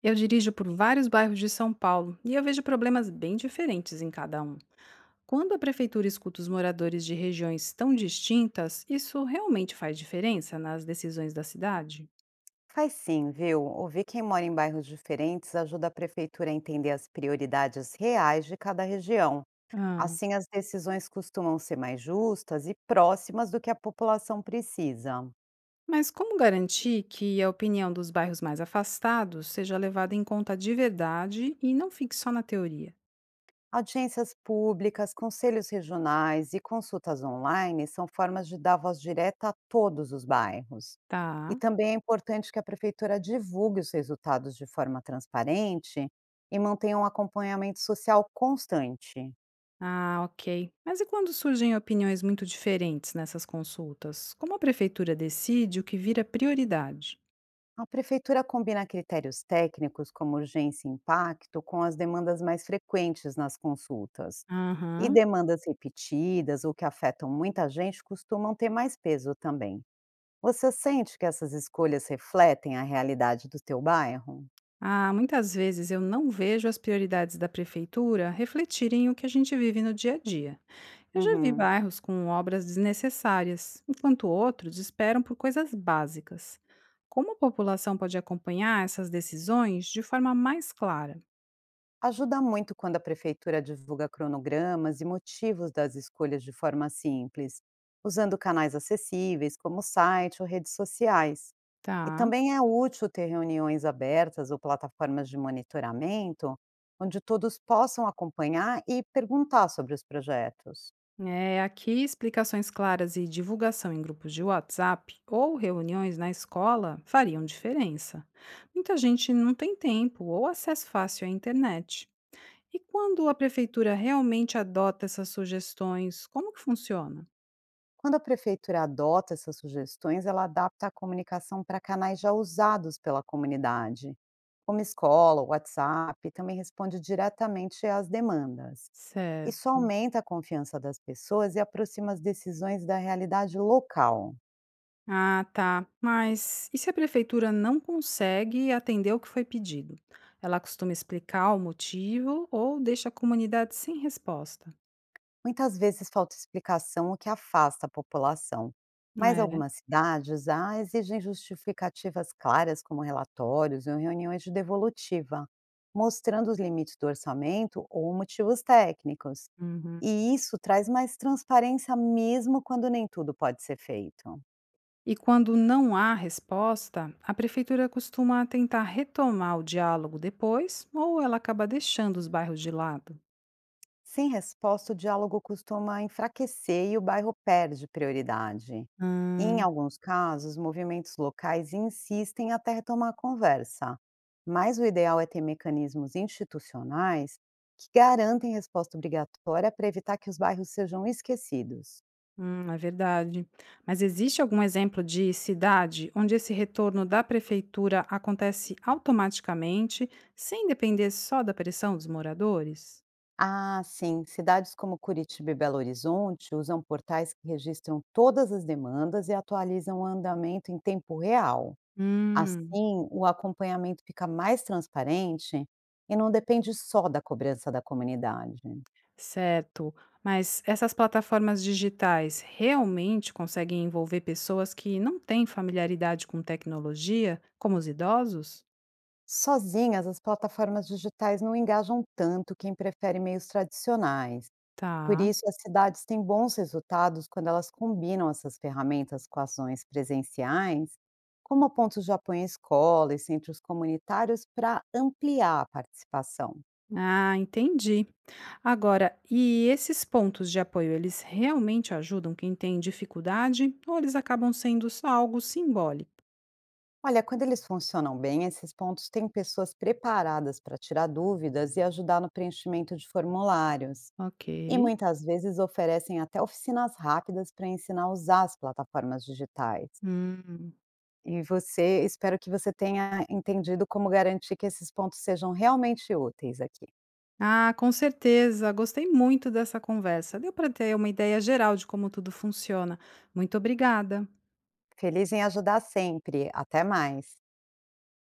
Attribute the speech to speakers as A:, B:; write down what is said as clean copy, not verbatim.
A: Eu dirijo por vários bairros de São Paulo e eu vejo problemas bem diferentes em cada um. Quando a prefeitura escuta os moradores de regiões tão distintas, isso realmente faz diferença nas decisões da cidade?
B: Faz sim, viu? Ouvir quem mora em bairros diferentes ajuda a prefeitura a entender as prioridades reais de cada região.
A: Ah,
B: Assim, as decisões costumam ser mais justas e próximas do que a população precisa.
A: mas como garantir que a opinião dos bairros mais afastados seja levada em conta de verdade e não fique só na teoria?
B: Audiências públicas, conselhos regionais e consultas online são formas de dar voz direta a todos os bairros. E
A: Tá.
B: também é importante que a prefeitura divulgue os resultados de forma transparente e mantenha um acompanhamento social constante.
A: Ah, ok. Mas e quando surgem opiniões muito diferentes nessas consultas? Como a prefeitura decide o que vira prioridade?
B: A prefeitura combina critérios técnicos, como urgência e impacto, com as demandas mais frequentes nas consultas. E
A: Aham.
B: demandas repetidas ou que afetam muita gente costumam ter mais peso também. Você sente que essas escolhas refletem a realidade do teu bairro?
A: Ah, muitas vezes eu não vejo as prioridades da prefeitura refletirem o que a gente vive no dia a dia. Eu já vi
B: Uhum.
A: bairros com obras desnecessárias, enquanto outros esperam por coisas básicas. Como a população pode acompanhar essas decisões de forma mais clara?
B: Ajuda muito quando a prefeitura divulga cronogramas e motivos das escolhas de forma simples, usando canais acessíveis como site ou redes sociais. E
A: Tá.
B: também é útil ter reuniões abertas ou plataformas de monitoramento, onde todos possam acompanhar e perguntar sobre os projetos.
A: É, aqui, explicações claras e divulgação em grupos de WhatsApp ou reuniões na escola fariam diferença. Muita gente não tem tempo ou acesso fácil à internet. E quando a prefeitura realmente adota essas sugestões, como que funciona?
B: Quando a prefeitura adota essas sugestões, ela adapta a comunicação para canais já usados pela comunidade, como escola, WhatsApp, e também responde diretamente às demandas. Isso
A: Certo.
B: aumenta a confiança das pessoas e aproxima as decisões da realidade local.
A: Ah, tá. Mas e se a prefeitura não consegue atender o que foi pedido? Ela costuma explicar o motivo ou deixa a comunidade sem resposta?
B: Muitas vezes falta explicação, o que afasta a população. Mas
A: É.
B: algumas cidades exigem justificativas claras, como relatórios ou reuniões de devolutiva, mostrando os limites do orçamento ou motivos técnicos.
A: Uhum.
B: E isso traz mais transparência, mesmo quando nem tudo pode ser feito.
A: E quando não há resposta, a prefeitura costuma tentar retomar o diálogo depois ou ela acaba deixando os bairros de lado?
B: Sem resposta, o diálogo costuma enfraquecer e o bairro perde prioridade. Em
A: Hum,
B: alguns casos, movimentos locais insistem até retomar a conversa, mas o ideal é ter mecanismos institucionais que garantem resposta obrigatória para evitar que os bairros sejam esquecidos.
A: Hum, é verdade. Mas existe algum exemplo de cidade onde esse retorno da prefeitura acontece automaticamente, sem depender só da pressão dos moradores?
B: Ah, sim, cidades como Curitiba e Belo Horizonte usam portais que registram todas as demandas e atualizam o andamento em tempo real. Assim,
A: Hum,
B: o acompanhamento fica mais transparente e não depende só da cobrança da comunidade.
A: certo. Mas essas plataformas digitais realmente conseguem envolver pessoas que não têm familiaridade com tecnologia, como os idosos?
B: Sozinhas, as plataformas digitais não engajam tanto quem prefere meios tradicionais. Por
A: Tá.
B: isso, as cidades têm bons resultados quando elas combinam essas ferramentas com ações presenciais, como pontos de apoio em escola e centros comunitários, para ampliar a participação.
A: Ah, entendi. Agora, e esses pontos de apoio, eles realmente ajudam quem tem dificuldade ou eles acabam sendo só algo simbólico?
B: Olha, quando eles funcionam bem, esses pontos têm pessoas preparadas para tirar dúvidas e ajudar no preenchimento de formulários.
A: Ok.
B: E muitas vezes oferecem até oficinas rápidas para ensinar a usar as plataformas digitais.
A: Hum.
B: E você, espero que você tenha entendido como garantir que esses pontos sejam realmente úteis aqui.
A: Ah, com certeza. Gostei muito dessa conversa. Deu para ter uma ideia geral de como tudo funciona. Muito obrigada.
B: Feliz em ajudar sempre. Até mais.